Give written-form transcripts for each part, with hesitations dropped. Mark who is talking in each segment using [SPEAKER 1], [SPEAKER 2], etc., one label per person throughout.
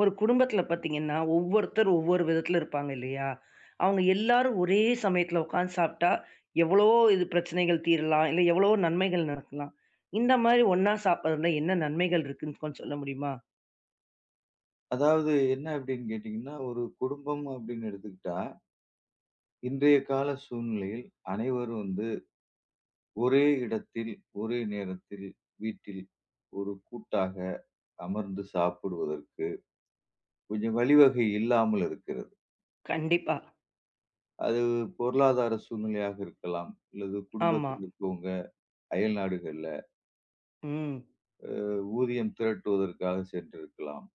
[SPEAKER 1] ஒரு குடும்பத்துல பாத்தீங்கன்னா, ஒவ்வொருத்தர் ஒவ்வொரு விதத்துல இருப்பாங்க இல்லையா? அவங்க எல்லாரும் ஒரே சமயத்துல உட்காந்து சாப்பிட்டா, எவ்வளவோ இது பிரச்சனைகள் தீரலாம். இல்ல எவ்வளவோ நன்மைகள் நடக்கலாம். இந்த மாரி ஒண்ணா சாப்பிடுறதுல என்ன நன்மைகள் இருக்குன்னு கொஞ்சம் சொல்ல முடியுமா?
[SPEAKER 2] அதாவது என்ன அப்படின்னு கேட்டீங்கன்னா, ஒரு குடும்பம் அப்படின்னு எடுத்துக்கிட்டா, இன்றைய கால சூழ்நிலையில் அனைவரும் வந்து ஒரே இடத்தில், ஒரே நேரத்தில், வீட்டில் ஒரு கூட்டாக அமர்ந்து சாப்பிடுவதற்கு கொஞ்சம் வழிவகை இல்லாமல் இருக்கிறது.
[SPEAKER 1] கண்டிப்பா.
[SPEAKER 2] அது பொருளாதார சூழ்நிலையாக இருக்கலாம், அல்லது
[SPEAKER 1] ஆமா.
[SPEAKER 2] குடும்பத்தில் இருக்கவங்க அயல்நாடுகள்ல
[SPEAKER 1] ம்.
[SPEAKER 2] ஊதியம் திரட்டுவதற்காக சென்றிருக்கலாம்,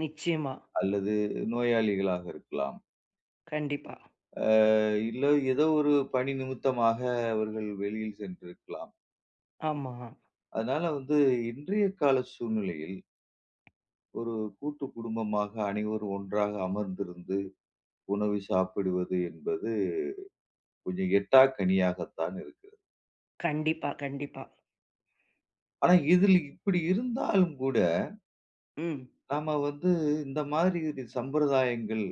[SPEAKER 1] நிச்சயமா.
[SPEAKER 2] அல்லது நோயாளிகளாக இருக்கலாம்,
[SPEAKER 1] கண்டிப்பா.
[SPEAKER 2] அ இல்ல ஏதோ ஒரு பணி நிமித்தமாக அவர்கள் வெளியில் சென்றிருக்கலாம்.
[SPEAKER 1] ஆமா.
[SPEAKER 2] அதனால வந்து இன்றைய கால சூழ்நிலையில் ஒரு கூட்டு குடும்பமாக அனைவரும் ஒன்றாக அமர்ந்திருந்து உணவு சாப்பிடுவது என்பது கொஞ்சம் எட்டா கனியாகத்தான் இருக்கிறது.
[SPEAKER 1] கண்டிப்பா, கண்டிப்பா.
[SPEAKER 2] ஆனா இதில் இப்படி இருந்தாலும் கூட
[SPEAKER 1] ம்.
[SPEAKER 2] நாம வந்து இந்த மாதிரி இது சம்பிரதாயங்கள்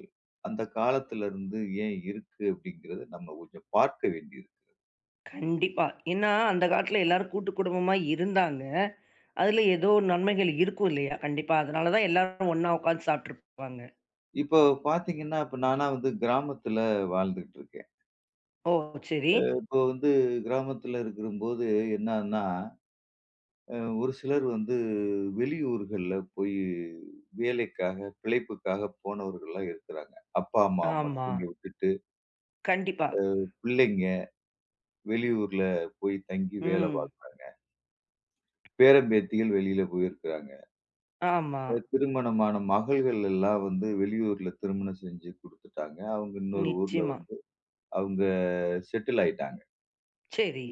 [SPEAKER 2] அந்த காலத்துல இருந்து ஏன் இருக்கு அப்படிங்கிறத நம்ம கொஞ்சம் பார்க்க வேண்டியிருக்கு.
[SPEAKER 1] கண்டிப்பா. ஏன்னா, அந்த காலத்துல எல்லாரும் கூட்டு குடும்பமா இருந்தாங்க. அதுல ஏதோ நன்மைகள் இருக்கும் இல்லையா? கண்டிப்பா. அதனால தான் எல்லாரும் ஒண்ணா உட்காந்து சாப்பிட்டுருப்பாங்க.
[SPEAKER 2] இப்போ பார்த்தீங்கன்னா, இப்ப நானா வந்து கிராமத்துல வாழ்ந்துகிட்டு இருக்கேன்.
[SPEAKER 1] ஓ! சரி.
[SPEAKER 2] இப்போ வந்து கிராமத்துல இருக்கும்போது என்னான்னா ஒரு சிலர் வந்து வெளியூர்கள்ல போய் வேலைக்காக, பிழைப்புக்காக போனவர்கள்லாம் இருக்கிறாங்க. அப்பா, அம்மாவ மட்டும்
[SPEAKER 1] ஆமா.
[SPEAKER 2] இங்க விட்டுட்டு,
[SPEAKER 1] கண்டிப்பா.
[SPEAKER 2] பிள்ளைங்க வெளியூர்ல போய் தங்கி வேலை
[SPEAKER 1] ம்.
[SPEAKER 2] பார்க்குறாங்க. பேரன், பேத்திகள் வெளியில போயிருக்கிறாங்க.
[SPEAKER 1] ஆமா.
[SPEAKER 2] திருமணமான மகள்கள் எல்லாம் வந்து வெளியூர்ல திருமணம் செஞ்சு குடுத்துட்டாங்க. அவங்க இன்னொரு ஊர்ல
[SPEAKER 1] நிச்சயமா.
[SPEAKER 2] வந்து அவங்க செட்டில் ஆயிட்டாங்க.
[SPEAKER 1] சரி.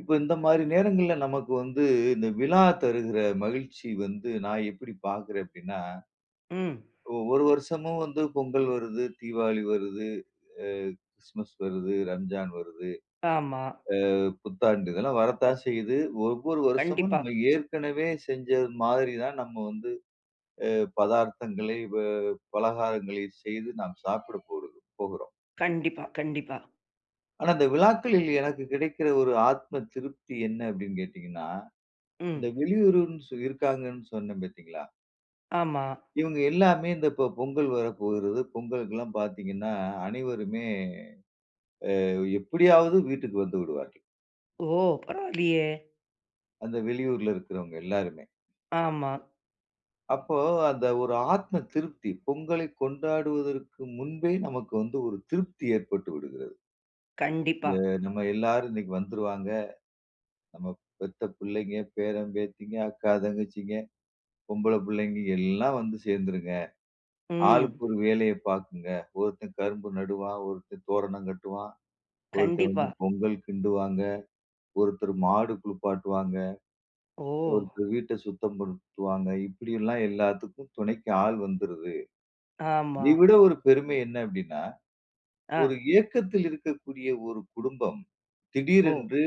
[SPEAKER 2] இப்ப இந்த மாரி நேரங்கள்ல நமக்கு வந்து இந்த விழா தருகிற மகிழ்ச்சி வந்து நான் எப்படி பார்க்கிறேன் அப்படின்னா
[SPEAKER 1] ம்.
[SPEAKER 2] ஒவ்வொரு வருஷமும் வந்து பொங்கல் வருது, தீபாவளி வருது, அ கிறிஸ்மஸ் வருது, ரம்ஜான் வருது,
[SPEAKER 1] ஆமா.
[SPEAKER 2] புத்தாண்டு இதெல்லாம் வரத்தான் செய்யுது. ஒவ்வொரு வருஷமும்
[SPEAKER 1] கண்டிப்பா,
[SPEAKER 2] நம்ம ஏற்கனவே செஞ்ச மாதிரி தான் நம்ம வந்து அ பதார்த்தங்களை, பலகாரங்களை செய்து நாம் சாப்பிட போகிறோம்.
[SPEAKER 1] கண்டிப்பா, கண்டிப்பா.
[SPEAKER 2] ஆனா, இந்த விழாக்களில் எனக்கு கிடைக்கிற ஒரு ஆத்ம திருப்தி என்ன அப்படின்னு கேட்டீங்கன்னா,
[SPEAKER 1] ம்.
[SPEAKER 2] இந்த வெளியூருன்னு இருக்காங்கன்னு சொன்னேன் பார்த்தீங்களா?
[SPEAKER 1] ஆமா.
[SPEAKER 2] இவங்க எல்லாமே இந்த இப்போ பொங்கல் வரப்போகிறது. பொங்கலுக்கெல்லாம் பார்த்தீங்கன்னா, அனைவருமே எப்படியாவது வீட்டுக்கு வந்து விடுவார்கள்.
[SPEAKER 1] ஓ! பரவாயில்லையே!
[SPEAKER 2] அந்த வெளியூர்ல இருக்கிறவங்க எல்லாருமே.
[SPEAKER 1] ஆமா.
[SPEAKER 2] அப்போ அந்த ஒரு ஆத்ம திருப்தி, பொங்கலை கொண்டாடுவதற்கு முன்பே நமக்கு வந்து ஒரு திருப்தி ஏற்பட்டு விடுகிறது.
[SPEAKER 1] கண்டிப்பா.
[SPEAKER 2] எ நம்ம எல்லாரும் இன்னைக்கு வந்துருவாங்க. நம்ம பெத்த பிள்ளைங்க, பேரன், பேத்திங்க, அக்கா, தங்கச்சிங்க, பொம்பள பிள்ளைங்க எல்லாம் வந்து சேர்ந்துருங்க. ஆளுக்கு
[SPEAKER 1] ம்.
[SPEAKER 2] ஒரு வேலைய பாக்குங்க. ஒருத்தன் கரும்பு நடுவான், ஒருத்தன் தோரணம் கட்டுவான், ஒருத்தன் வந்து
[SPEAKER 1] கண்டிப்பா.
[SPEAKER 2] பொங்கல் கிண்டுவாங்க, ஒருத்தர் மாடு குளிப்பாட்டுவாங்க.
[SPEAKER 1] ஓ!
[SPEAKER 2] ஒரு வீட்ட சுத்தம் படுத்துவாங்க. இப்படியெல்லாம் எல்லாத்துக்கும் துணைக்கு ஆள் வந்துருது.
[SPEAKER 1] ஆமா.
[SPEAKER 2] இதை விட ஒரு பெருமை என்ன அப்படின்னா,
[SPEAKER 1] ஆ.
[SPEAKER 2] ஒரு ஏக்கத்தில் இருக்கக்கூடிய ஒரு குடும்பம்,
[SPEAKER 1] ஓ!
[SPEAKER 2] திடீரென்று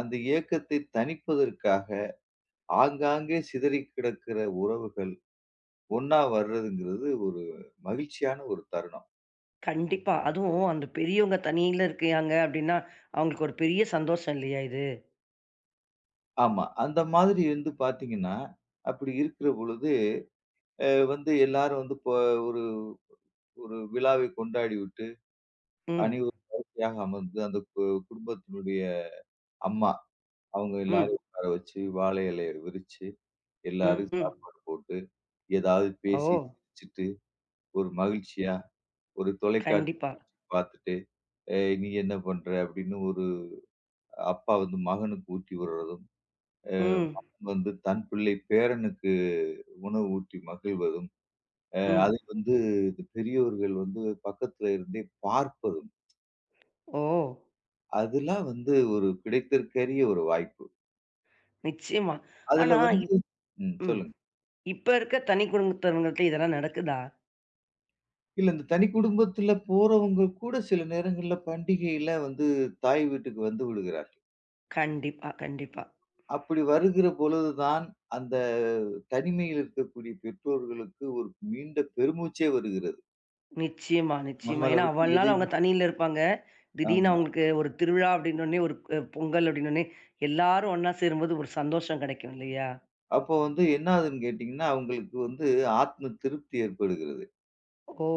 [SPEAKER 2] அந்த ஏக்கத்தை தணிப்பதற்காக ஆங்காங்கே சிதறி கிடக்கிற உறவுகள் ஒண்ணா வர்றதுங்கிறது ஒரு மகிழ்ச்சியான ஒரு தருணம்.
[SPEAKER 1] கண்டிப்பா. அதுவும் அந்த பெரியவங்க தனியில இருக்காங்க அப்டின்னா, அவங்களுக்கு ஒரு பெரிய சந்தோஷம் இல்லையா இது?
[SPEAKER 2] ஆமா. அந்த மாதிரி வந்து பார்த்தீங்கன்னா, அப்படி இருக்கிற பொழுது வந்து எல்லாரும் வந்து இப்போ ஒரு ஒரு விழாவை கொண்டாடிவிட்டு,
[SPEAKER 1] ம்.
[SPEAKER 2] அனைவரும் வரிசையாக அமர்ந்து அந்த குடும்பத்தினுடைய அம்மா அவங்க
[SPEAKER 1] ம்.
[SPEAKER 2] எல்லாரையும் உட்கார வச்சு, வாழை இலைய விரிச்சு, எல்லாரும்
[SPEAKER 1] ம்.
[SPEAKER 2] சாப்பாடு போட்டு, ஏதாவது
[SPEAKER 1] ஓ!
[SPEAKER 2] பேசி சிரிச்சுட்டு, ஒரு மகிழ்ச்சியா, ஒரு தொலைக்காட்சி
[SPEAKER 1] கண்டிப்பா.
[SPEAKER 2] பார்த்துட்டு, "ஏ நீ என்ன பண்ற?" அப்படின்னு ஒரு அப்பா வந்து மகனுக்கு ஊட்டி விடுறதும்,
[SPEAKER 1] ம்.
[SPEAKER 2] வந்து தன் பிள்ளை பேரனுக்கு உணவு ஊட்டி மகிழ்வதும்,
[SPEAKER 1] ம்.
[SPEAKER 2] அதை வந்து இந்த பெரியோர்கள் வந்து பக்கத்துல இருந்தே பார்ப்பதும்,
[SPEAKER 1] ஓ!
[SPEAKER 2] அதெல்லாம் வந்து ஒரு கிடைத்திற்கரிய ஒரு வாய்ப்பு.
[SPEAKER 1] நிச்சயமா.
[SPEAKER 2] அதுல
[SPEAKER 1] ஆனா,
[SPEAKER 2] வந்து
[SPEAKER 1] இப்
[SPEAKER 2] ம்.
[SPEAKER 1] ம்.
[SPEAKER 2] சொல்லுங்க.
[SPEAKER 1] இப்ப இருக்க தனி குடும்பத்தினர்கிட்ட இதெல்லாம் நடக்குதா?
[SPEAKER 2] இல்ல. இந்த தனி குடும்பத்துல போறவங்க கூட சில நேரங்கள்ல பண்டிகையில வந்து தாய் வீட்டுக்கு வந்து விடுகிறார்கள்.
[SPEAKER 1] கண்டிப்பா, கண்டிப்பா.
[SPEAKER 2] அப்படி வருகிற பொழுதுதான், அந்த தனிமையில் இருக்கக்கூடிய பெற்றோர்களுக்கு ஒரு நீண்ட பெருமூச்சே வருகிறது.
[SPEAKER 1] நிச்சயமா, நிச்சயமா.
[SPEAKER 2] நம்மள
[SPEAKER 1] ஏன்னா,
[SPEAKER 2] விட்டு
[SPEAKER 1] அவ்வள நாள்
[SPEAKER 2] எதையும்
[SPEAKER 1] அவங்க தனியில இருப்பாங்க. திடீர்னு
[SPEAKER 2] ஆமா.
[SPEAKER 1] அவங்களுக்கு ஒரு திருவிழா அப்படின்னோனே, ஒரு பொங்கல் அப்படின்னோனே, எல்லாரும் ஒண்ணா சேரும்போது ஒரு சந்தோஷம் கிடைக்கும் இல்லையா?
[SPEAKER 2] அப்போ வந்து என்ன ஆகுதுன்னு கேட்டீங்கன்னா, அவங்களுக்கு வந்து ஆத்ம திருப்தி ஏற்படுகிறது.
[SPEAKER 1] ஓ!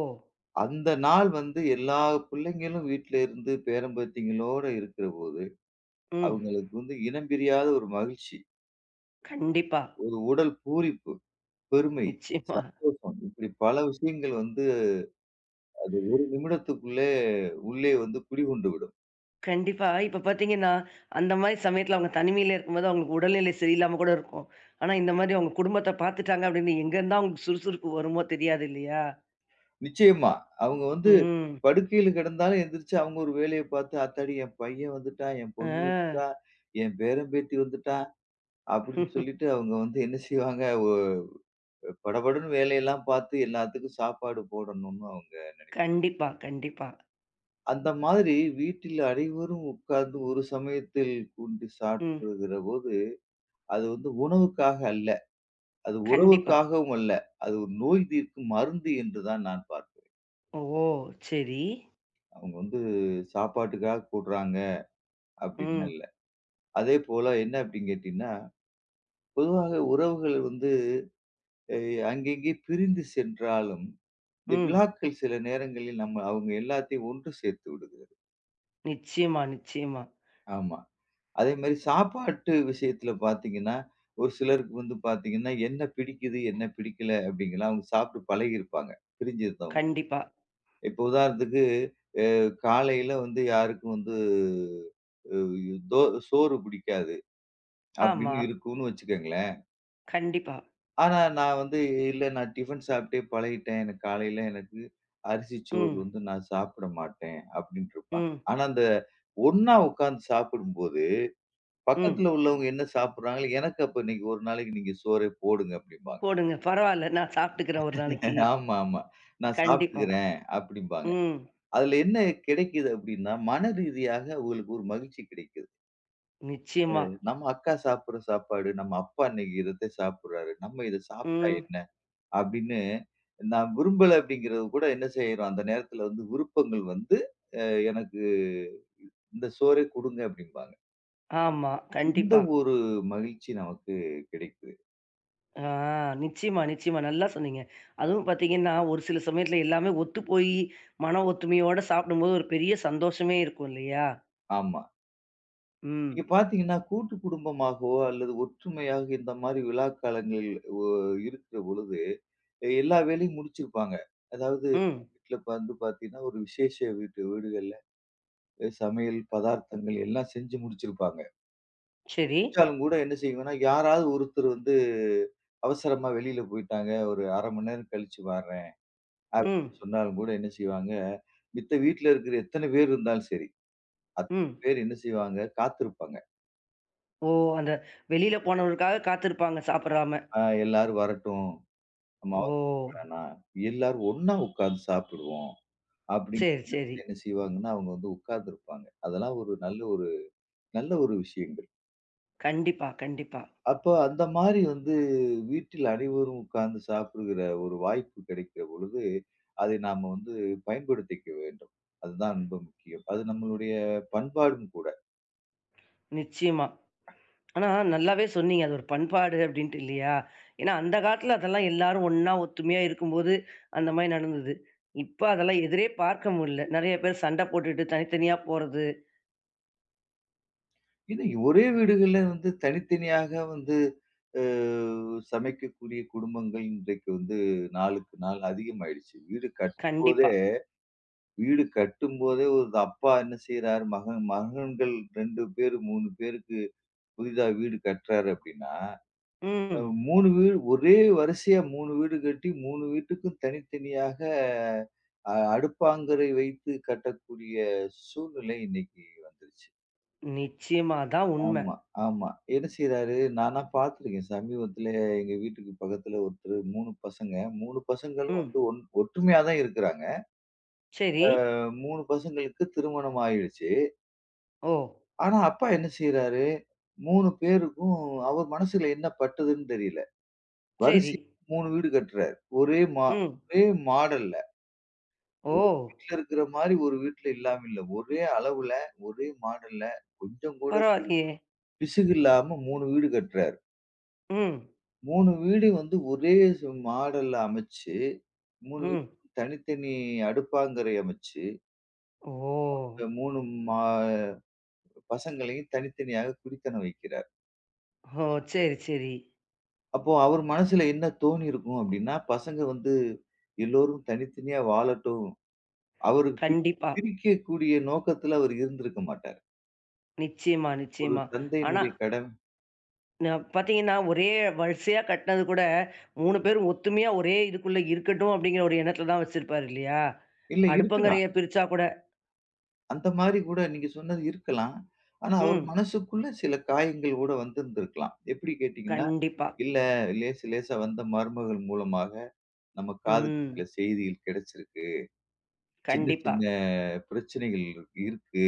[SPEAKER 2] அந்த நாள் வந்து எல்லா பிள்ளைங்களும் வீட்ல இருந்து பேரன் பேத்திங்களோட இருக்கிறபோது,
[SPEAKER 1] ம்.
[SPEAKER 2] அவங்களுக்கு வந்து இனம் பிரியாத ஒரு மகிழ்ச்சி.
[SPEAKER 1] கண்டிப்பா.
[SPEAKER 2] ஒரு உடல் பூரிப்பு. பெருமை,
[SPEAKER 1] நிச்சயமா.
[SPEAKER 2] சந்தோஷம் இப்படி பல விஷயங்கள் வந்து நிமிடத்துக்குள்ளே உள்ளே வந்து குடிகொண்டு விடும்.
[SPEAKER 1] கண்டிப்பா. இப்ப பார்த்தீங்கன்னா, அந்த மாரி சமயத்துல அவங்க தனிமையில இருக்கும்போது அவங்களுக்கு உடல்நிலை சரியில்லாம கூட இருக்கும். ஆனா, இந்த மாரி அவங்க குடும்பத்த பார்த்துட்டாங்க அப்படின்னு எங்கேருந்து தான் அவங்களுக்கு சுறுசுறுப்பு வருமோ தெரியாது இல்லையா?
[SPEAKER 2] நிச்சயமா. அவங்க வந்து
[SPEAKER 1] ம்.
[SPEAKER 2] படுக்கையில கிடந்தாலும் எந்திரிச்சு அவங்க ஒரு வேலைய பார்த்து, "ஆத்தாடி என் பையன் வந்துட்டான், என்
[SPEAKER 1] ஆ.
[SPEAKER 2] பொண்ணு வந்துட்டா, என் பேரன் பேத்தி வந்துட்டா" அப்படின்னு சொல்லிட்டு அவங்க வந்து என்ன செய்வாங்க, படபடன்னு வேலையெல்லாம் பார்த்து எல்லாத்துக்கும் சாப்பாடு போடணும்னு அவங்க நினைப்பாங்க.
[SPEAKER 1] கண்டிப்பா, கண்டிப்பா.
[SPEAKER 2] அந்த மாதிரி வீட்டில் அனைவரும் உட்கார்ந்து ஒரு சமயத்தில் கூடி
[SPEAKER 1] ம்.
[SPEAKER 2] சாப்பிடுகிற போது, அது வந்து உணவுக்காக அல்ல. அது
[SPEAKER 1] கண்டிப்பா.
[SPEAKER 2] உறவுக்காகவும் அல்ல. அது ஒரு நோய் தீர்க்கும் மருந்து என்று தான் நான் பார்க்கிறேன்.
[SPEAKER 1] ஓ! சரி.
[SPEAKER 2] அவங்க வந்து சாப்பாட்டுக்காக கூடுறாங்க அப்படின்லாம்
[SPEAKER 1] ம்,
[SPEAKER 2] இல்ல. அதேபோல என்ன அப்படின்னு கேட்டீங்கன்னா, பொதுவாக உறவுகள் வந்து அ அங்கங்கே பிரிந்து சென்றாலும், இந்த
[SPEAKER 1] ம்.
[SPEAKER 2] விழாக்கள் சில நேரங்களில் நம்ம அவங்க எல்லாத்தையும் ஒன்று சேர்த்து விடுகிறது.
[SPEAKER 1] நிச்சயமா, நிச்சயமா.
[SPEAKER 2] ஆமா. அதே மாரி சாப்பாட்டு விஷயத்துல பார்த்தீங்கன்னா, ஒரு சிலருக்கு வந்து பார்த்தீங்கன்னா, என்ன பிடிக்குது, என்ன பிடிக்கல அப்படிங்கலாம் அவங்க சாப்பிட்டு பழகியிருப்பாங்க. பிரிஞ்சிருந்தவங்க.
[SPEAKER 1] கண்டிப்பா.
[SPEAKER 2] இப்போ உதாரணத்துக்கு, அ காலையில வந்து யாருக்கும் வந்து அ தோ சோறு பிடிக்காது
[SPEAKER 1] ஆமா.
[SPEAKER 2] அப்படின்னு இருக்கும்னு வச்சுக்கங்களேன்.
[SPEAKER 1] கண்டிப்பா.
[SPEAKER 2] ஆனா நான் வந்து இல்ல நான் டிஃபன் சாப்பிட்டே பழகிட்டேன். எனக்கு காலையில அரிசி சோறு
[SPEAKER 1] ம்,
[SPEAKER 2] வந்து நான் சாப்பிட மாட்டேன் அப்படின்னு இருப்பான்.
[SPEAKER 1] ம்,
[SPEAKER 2] ஆனா அந்த ஒண்ணா உட்கார்ந்து சாப்பிடும்போது,
[SPEAKER 1] ம்.
[SPEAKER 2] பக்கத்துல உள்ளவங்க என்ன சாப்பிடுறாங்களோ, எனக்கு அப்ப இன்னைக்கு ஒரு நாளைக்கு நீங்க சோறே போடுங்க அப்படிம்பாங்க.
[SPEAKER 1] போடுங்க. பரவால்ல. நான் சாப்பிட்டுக்கிறேன் ஒரு நாளைக்கு.
[SPEAKER 2] ஆமா, ஆமா. நான்
[SPEAKER 1] கண்டிப்பா.
[SPEAKER 2] சாப்பிட்டுக்கிறேன் அப்படிம்பாங்க.
[SPEAKER 1] ம்.
[SPEAKER 2] அதுல என்ன கிடைக்குது அப்படின்னா, மன ரீதியாக அவங்களுக்கு ஒரு மகிழ்ச்சி கிடைக்குது.
[SPEAKER 1] நிச்சயமா.
[SPEAKER 2] நம்ம அக்கா சாப்பிடுற சாப்பாடு, நம்ம அப்பா இன்னைக்கு இத சாப்பிடுறாரு, நம்ம இத சாப்பிட்டா
[SPEAKER 1] ம்.
[SPEAKER 2] என்ன? அப்படின்னு நான் விரும்பல அப்படிங்கிறது கூட என்ன செய்றோம், அந்த நேரத்துல வந்து விருப்பங்கள் வந்து, அ எனக்கு இந்த சோறே குடுங்க அப்படிம்பாங்க.
[SPEAKER 1] ஆமா.
[SPEAKER 2] இந்த
[SPEAKER 1] கண்டிப்பா.
[SPEAKER 2] ஒரு மகிழ்ச்சி நமக்கு கிடைக்குது.
[SPEAKER 1] ஆ நிச்சயமா, நிச்சயமா. நல்லா சொன்னீங்க. அதுவும் பார்த்தீங்கன்னா, ஒரு சில சமயத்துல எல்லாமே ஒத்துப்போயி, மன ஒத்துமையோட சாப்பிடும்போது ஒரு பெரிய சந்தோஷமே இருக்கும் இல்லையா?
[SPEAKER 2] ஆமா. நீங்க
[SPEAKER 1] ம்.
[SPEAKER 2] பார்த்தீங்கன்னா, கூட்டு குடும்பமாகவோ அல்லது ஒற்றுமையாக இந்த மாரி விழா காலங்களில் இருக்கிற பொழுது, எல்லா வேலையும் முடிச்சிருப்பாங்க. அதாவது
[SPEAKER 1] ம்.
[SPEAKER 2] வீட்ல வந்து பார்த்தீங்கன்னா, ஒரு விசேஷ வீட்டு வீடுகள்ல சமையல், பதார்த்தங்கள் எல்லாம் செஞ்சு முடிச்சிருப்பாங்க.
[SPEAKER 1] சரி.
[SPEAKER 2] முடிச்சாலும் கூட என்ன செய்வேன்னா, யாராவது ஒருத்தர் வந்து அவசரமா வெளியில போயிட்டாங்க, ஒரு 1/2 மணி நேரம் கழிச்சு வர்றேன்
[SPEAKER 1] ம்.
[SPEAKER 2] அப்படின்னு சொன்னாலும் கூட என்ன செய்வாங்க, மித்த வீட்ல இருக்கிற எத்தன பேர் இருந்தாலும் சரி, அத்தன
[SPEAKER 1] ம்.
[SPEAKER 2] பேர் என்ன செய்வாங்க, காத்திருப்பாங்க.
[SPEAKER 1] ஓ! அந்த வெளியில போனவருக்காக காத்திருப்பாங்க சாப்பிடாம.
[SPEAKER 2] எல்லாரும் வரட்டும். நம்ம
[SPEAKER 1] ஓ!
[SPEAKER 2] அவசரப்பட வேணாம். எல்லாரும் ஒண்ணா உட்கார்ந்து சாப்பிடுவோம். அப்படின்னு
[SPEAKER 1] சரி, சரி.
[SPEAKER 2] என்ன செய்வாங்கன்னா, அவங்க வந்து உட்கார்ந்திருப்பாங்க. அதெல்லாம் ஒரு நல்ல ஒரு விஷயங்கள்.
[SPEAKER 1] கண்டிப்பா, கண்டிப்பா.
[SPEAKER 2] அப்போ அந்த மாரி வந்து வீட்டில் அனைவரும் உட்கார்ந்து சாப்பிடுகிற ஒரு வாய்ப்பு கிடைக்கிற பொழுது, அதை நாம வந்து பயன்படுத்திக்க வேண்டும். அதுதான் ரொம்ப முக்கியம். அது நம்மளுடைய பண்பாடும் கூட.
[SPEAKER 1] நிச்சயமா. ஆனா நல்லாவே சொன்னீங்க. அது ஒரு பண்பாடு அப்படின்ட்டு இல்லையா? ஏன்னா அந்த காலத்துல அதெல்லாம் எல்லாரும் ஒண்ணா ஒத்துமையா இருக்கும்போது, அந்த மாரி நடந்தது. இப்ப அதெல்லாம் எதிரே பார்க்க முடியல. நெறைய பேர் சண்டை போட்டுட்டு தனித்தனியா போறது.
[SPEAKER 2] ஏன்னா ஒரே வீடுகள்ல வந்து தனித்தனியாக வந்து அ சமைக்கக்கூடிய குடும்பங்கள் இன்றைக்கு வந்து நாளுக்கு நாள் அதிகமாயிடுச்சு.
[SPEAKER 1] கண்டிப்பா.
[SPEAKER 2] வீடு கட்டும்போதே ஒரு அப்பா என்ன செய்றாரு, மகன்கள் 2 பேரு, 3 பேருக்கு புதிதா வீடு கட்டுறாரு அப்படின்னா, அ
[SPEAKER 1] ம்.
[SPEAKER 2] 3 வீடு ஒரே வரிசையா 3 வீடு கட்டி 3 வீட்டுக்கும் தனித்தனியாக அடுப்பாங்கரை வைத்து கட்டக்கூடிய சூழ்நிலை இன்னைக்கு வந்துருச்சு.
[SPEAKER 1] நிச்சயமா. அதான் உண்மை.
[SPEAKER 2] ஆமா, ஆமா. என்ன செய்றாரு, நானா பார்த்துருக்கேன். சமீபத்தில எங்க வீட்டுக்கு பக்கத்தில ஒருத்தரு 3 பசங்க. 3 பசங்களும்
[SPEAKER 1] ம்.
[SPEAKER 2] வந்து ஒற்றுமையா தான் இருக்கிறாங்க.
[SPEAKER 1] சரி.
[SPEAKER 2] அ 3 பசங்களுக்கு திருமணம் ஆயிடுச்சு.
[SPEAKER 1] ஓ!
[SPEAKER 2] ஆனா, அப்பா என்ன செய்றாரு, 3 பேருக்கும் அவர் மனசுல என்ன பட்டதுன்னு தெரியல.
[SPEAKER 1] சரி.
[SPEAKER 2] வரிசையா 3 வீடு கட்டுறாரு. ஒரே மா
[SPEAKER 1] ம்.
[SPEAKER 2] ஒரே மாடல்ல.
[SPEAKER 1] ஓ!
[SPEAKER 2] ஒரு வீட்ல இருக்கிற மாரி ஒரு வீட்ல இல்லாம இல்ல. ஒரே அளவுல, ஒரே மாடல்ல, கொஞ்சம் கூட
[SPEAKER 1] பரவாயில்லையே!
[SPEAKER 2] பிசுகு இல்லாம 3 வீடு கட்டுறாரு.
[SPEAKER 1] ம்,
[SPEAKER 2] 3 வீடு வந்து ஒரே மாடல்ல அமைச்சு, 3
[SPEAKER 1] ம்.
[SPEAKER 2] வீட்டுக்கும் தனித்தனி அடுப்பாங்கரை அமைச்சு,
[SPEAKER 1] ஓ!
[SPEAKER 2] இந்த 3 மா பசங்களையும் தனித்தனியாக குடித்தனம் வைக்கிறார்.
[SPEAKER 1] ஓ! சரி, சரி.
[SPEAKER 2] அப்போ அவர் மனசுல என்ன தோணியிருக்கும் அப்டின்னா, பசங்க வந்து எல்லோரும் தனித்தனியா வாழட்டும். அவருக்கு
[SPEAKER 1] கண்டிப்பா.
[SPEAKER 2] பிரிக்கக்கூடிய நோக்கத்துல அவர் இருந்திருக்க மாட்டார்.
[SPEAKER 1] நிச்சயமா,
[SPEAKER 2] ஒரு
[SPEAKER 1] நிச்சயமா. ஆனா,
[SPEAKER 2] தந்தையினுடைய கடமை
[SPEAKER 1] ந பார்த்தீங்கன்னா, ஒரே வரிசையா கட்டினது கூட 3 பேரும் ஒத்துமையா ஒரே இதுக்குள்ள இருக்கட்டும் அப்படிங்கிற ஒரு எண்ணத்தில தான் வச்சிருப்பாரு இல்லையா?
[SPEAKER 2] இல்ல இருக்கலாம்.
[SPEAKER 1] அடுப்பங்கரைய பிரிச்சா கூட
[SPEAKER 2] அந்த மாரி கூட நீங்க சொன்னது இருக்கலாம். ஆனா, அவர்
[SPEAKER 1] ம்.
[SPEAKER 2] மனசுக்குள்ள சில காயங்கள் கூட வந்திருந்திருக்கலாம். எப்டி கேட்டீங்கன்னா,
[SPEAKER 1] கண்டிப்பா.
[SPEAKER 2] இல்ல லேசு லேசா வந்த மருமகள் மூலமாக நம்ம காதுக்கு
[SPEAKER 1] ம்.
[SPEAKER 2] சில செய்திகள் கிடைச்சிருக்கு. சின்ன
[SPEAKER 1] கண்டிப்பா.
[SPEAKER 2] சின்ன பிரச்சனைகள் இருக்கு.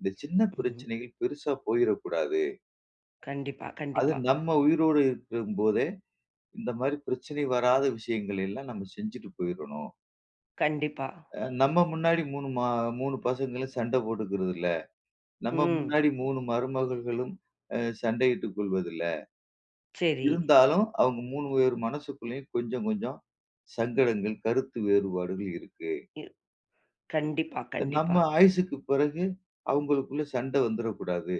[SPEAKER 2] இந்த சின்ன
[SPEAKER 1] ம்.
[SPEAKER 2] பிரச்சனைகள் பெருசா போயிறக்கூடாது.
[SPEAKER 1] கண்டிப்பா,
[SPEAKER 2] அது
[SPEAKER 1] கண்டிப்பா,
[SPEAKER 2] நம்ம உயிரோடு இருக்கும்போதே, இந்த மாரி பிரச்சனை வராத விஷயங்கள் எல்லாம் நம்ம செஞ்சுட்டு போயிறணும்.
[SPEAKER 1] கண்டிப்பா.
[SPEAKER 2] நம்ம முன்னாடி 3 3 பசங்களும் சண்டை போட்டுக்கிறதில்ல. நம்ம
[SPEAKER 1] ம்.
[SPEAKER 2] முன்னாடி 3 மருமகள்களும் சண்டையிட்டுக் கொள்வதில்ல.
[SPEAKER 1] சரி.
[SPEAKER 2] இருந்தாலும் அவங்க 3 பேர் மனசுக்குள்ளேயும் கொஞ்சம் கொஞ்சம் சங்கடங்கள், கருத்து வேறுபாடுகள் இருக்கு.
[SPEAKER 1] இ கண்டிப்பா,
[SPEAKER 2] நம்ம
[SPEAKER 1] கண்டிப்பா.
[SPEAKER 2] ஆயுசுக்கு பிறகு அவங்களுக்குள்ள சண்டை வந்துறக்கூடாது.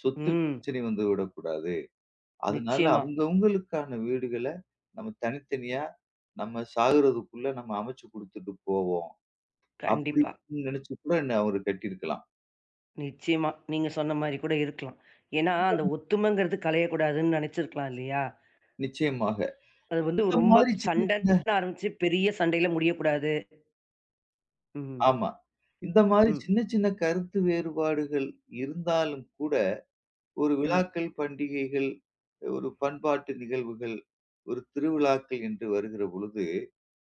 [SPEAKER 2] சொத்தில்
[SPEAKER 1] ம்.
[SPEAKER 2] பிரச்சனை வந்துவிடக்கூடாது. அதனால
[SPEAKER 1] நிச்சயமா.
[SPEAKER 2] அவங்கவங்களுக்கான வீடுகள நம்ம தனித்தனியா நம்ம சாகுறதுக்குள்ள நம்ம அமைச்சு குடுத்துட்டு போவோம்.
[SPEAKER 1] கண்டிப்பா.
[SPEAKER 2] அப்படின்னு நினைச்சு கூட என்ன அவரு கட்டியிருக்கலாம்.
[SPEAKER 1] நிச்சயமா. நீங்க சொன்ன மாரி கூட இருக்கலாம். ஏன்னா, அந்த ஒத்துமைங்கிறது கலையக்கூடாதுன்னு நெனச்சிருக்கலாம் இல்லையா?
[SPEAKER 2] நிச்சயமாக.
[SPEAKER 1] அது வந்து
[SPEAKER 2] இந்த
[SPEAKER 1] ரொம்ப
[SPEAKER 2] மாதிரி சின்ன சின்ன
[SPEAKER 1] சண்டன்னு ஆரம்பிச்சு பெரிய சண்டையில முடியக்கூடாது. ம்,
[SPEAKER 2] ஆமா. இந்த மாதிரி
[SPEAKER 1] ம்,
[SPEAKER 2] சின்ன சின்ன கருத்து வேறுபாடுகள் இருந்தாலும் கூட, ஒரு
[SPEAKER 1] ம்,
[SPEAKER 2] விழாக்கள், பண்டிகைகள், ஒரு பண்பாட்டு நிகழ்வுகள், ஒரு திருவிழாக்கள் என்று வருகிற பொழுது,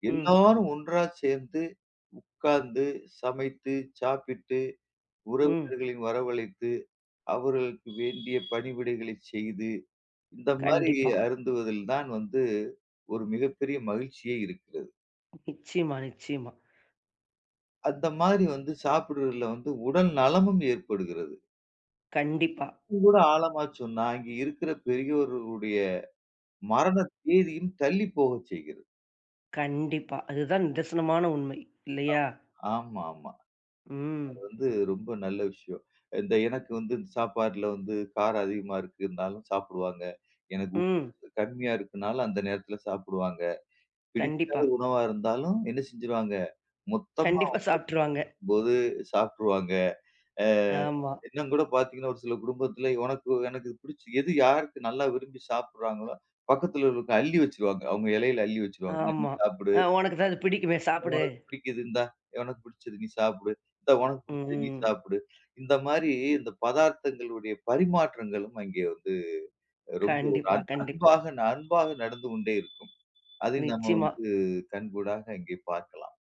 [SPEAKER 1] ம்,
[SPEAKER 2] எல்லாரும் ஒன்றா சேர்ந்து உட்கார்ந்து, சமைத்து, சாப்பிட்டு,
[SPEAKER 1] ம்.
[SPEAKER 2] உறவினர்களின் வரவழைத்து அவர்களுக்கு வேண்டிய பணிவிடைகளை செய்து, இந்த மாரி
[SPEAKER 1] கண்டிப்பா.
[SPEAKER 2] அருந்துவதில் தான் வந்து ஒரு மிகப்பெரிய மகிழ்ச்சியே இருக்கிறது.
[SPEAKER 1] நிச்சயமா, நிச்சயமா.
[SPEAKER 2] அந்த மாதிரி வந்து சாப்பிடுறதுல வந்து உடல் நலமும் ஏற்படுகிறது.
[SPEAKER 1] கண்டிப்பா,
[SPEAKER 2] இன்னும் கூட ஆழமா சொன்னா, இங்க இருக்கிற பெரியோர்களுடைய மரண தேதியும் தள்ளி போகச் செய்கிறது.
[SPEAKER 1] கண்டிப்பா. அதுதான் நிதர்சனமான உண்மை இல்லையா?
[SPEAKER 2] ஆமா, ஆமா. அது
[SPEAKER 1] ம்,
[SPEAKER 2] வந்து ரொம்ப நல்ல விஷயம். இந்த எனக்கு வந்து சாப்பாட்டுல வந்து காரம் அதிகமா இருக்குன்னாலும் சாப்பிடுவாங்க. எனக்கு
[SPEAKER 1] ம்.
[SPEAKER 2] உப்பு கம்மியா இருக்குனாலும் அந்த நேரத்துல சாப்பிடுவாங்க. பிடிக்காத
[SPEAKER 1] கண்டிப்பா,
[SPEAKER 2] உணவா இருந்தாலும் என்ன செஞ்சுருவாங்க? மொத்தமா
[SPEAKER 1] கண்டிப்பா சாப்ட்டுருவாங்க.
[SPEAKER 2] போது சாப்பிட்டுருவாங்க. அ
[SPEAKER 1] ஆமா,
[SPEAKER 2] இன்னும் கூட பார்த்தீங்கன்னா, ஒரு சில குடும்பத்தில உனக்கு எனக்கு இது பிடிச்சு எது யாருக்கு நல்லா விரும்பி சாப்பிடுறாங்களோ, பக்கத்துல உள்ளவங்களுக்கு அள்ளி வச்சுருவாங்க. அவங்க இலையில அள்ளி வச்சுருவாங்க. "நீ
[SPEAKER 1] ஆமா.
[SPEAKER 2] சாப்பிடு.
[SPEAKER 1] உனக்கு தான் இது பிடிக்குமே சாப்பிடு.
[SPEAKER 2] உனக்கு பிடிக்குது இந்தா. உனக்கு பிடிச்சது நீ சாப்பிடு. இந்தா உனக்கு பிடிச்சது நீ
[SPEAKER 1] ம்.
[SPEAKER 2] சாப்பிடு." இந்த மாரி இந்த பதார்த்தங்களுடைய பரிமாற்றங்களும் அங்கே வந்து ரொம்ப ஒரு
[SPEAKER 1] கண்டிப்பா, கண்டிப்பா.
[SPEAKER 2] அன்பாக நடந்து கொண்டே இருக்கும். அதை நம்ம
[SPEAKER 1] நிச்சயமா.
[SPEAKER 2] வந்து கண்கூடாக அங்கே பார்க்கலாம்.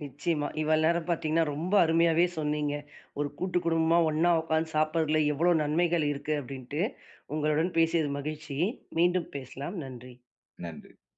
[SPEAKER 1] நிச்சயமா. இவ்வளவு நேரம் பார்த்தீங்கன்னா, ரொம்ப அருமையாவே சொன்னீங்க. ஒரு கூட்டு குடும்பமா ஒண்ணா உட்கார்ந்து சாப்பிடுறதுல எவ்வளோ நன்மைகள் இருக்கு அப்படின்ட்டு. உங்களுடன் பேசியது மகிழ்ச்சி. மீண்டும் பேசலாம். நன்றி.
[SPEAKER 2] நன்றி.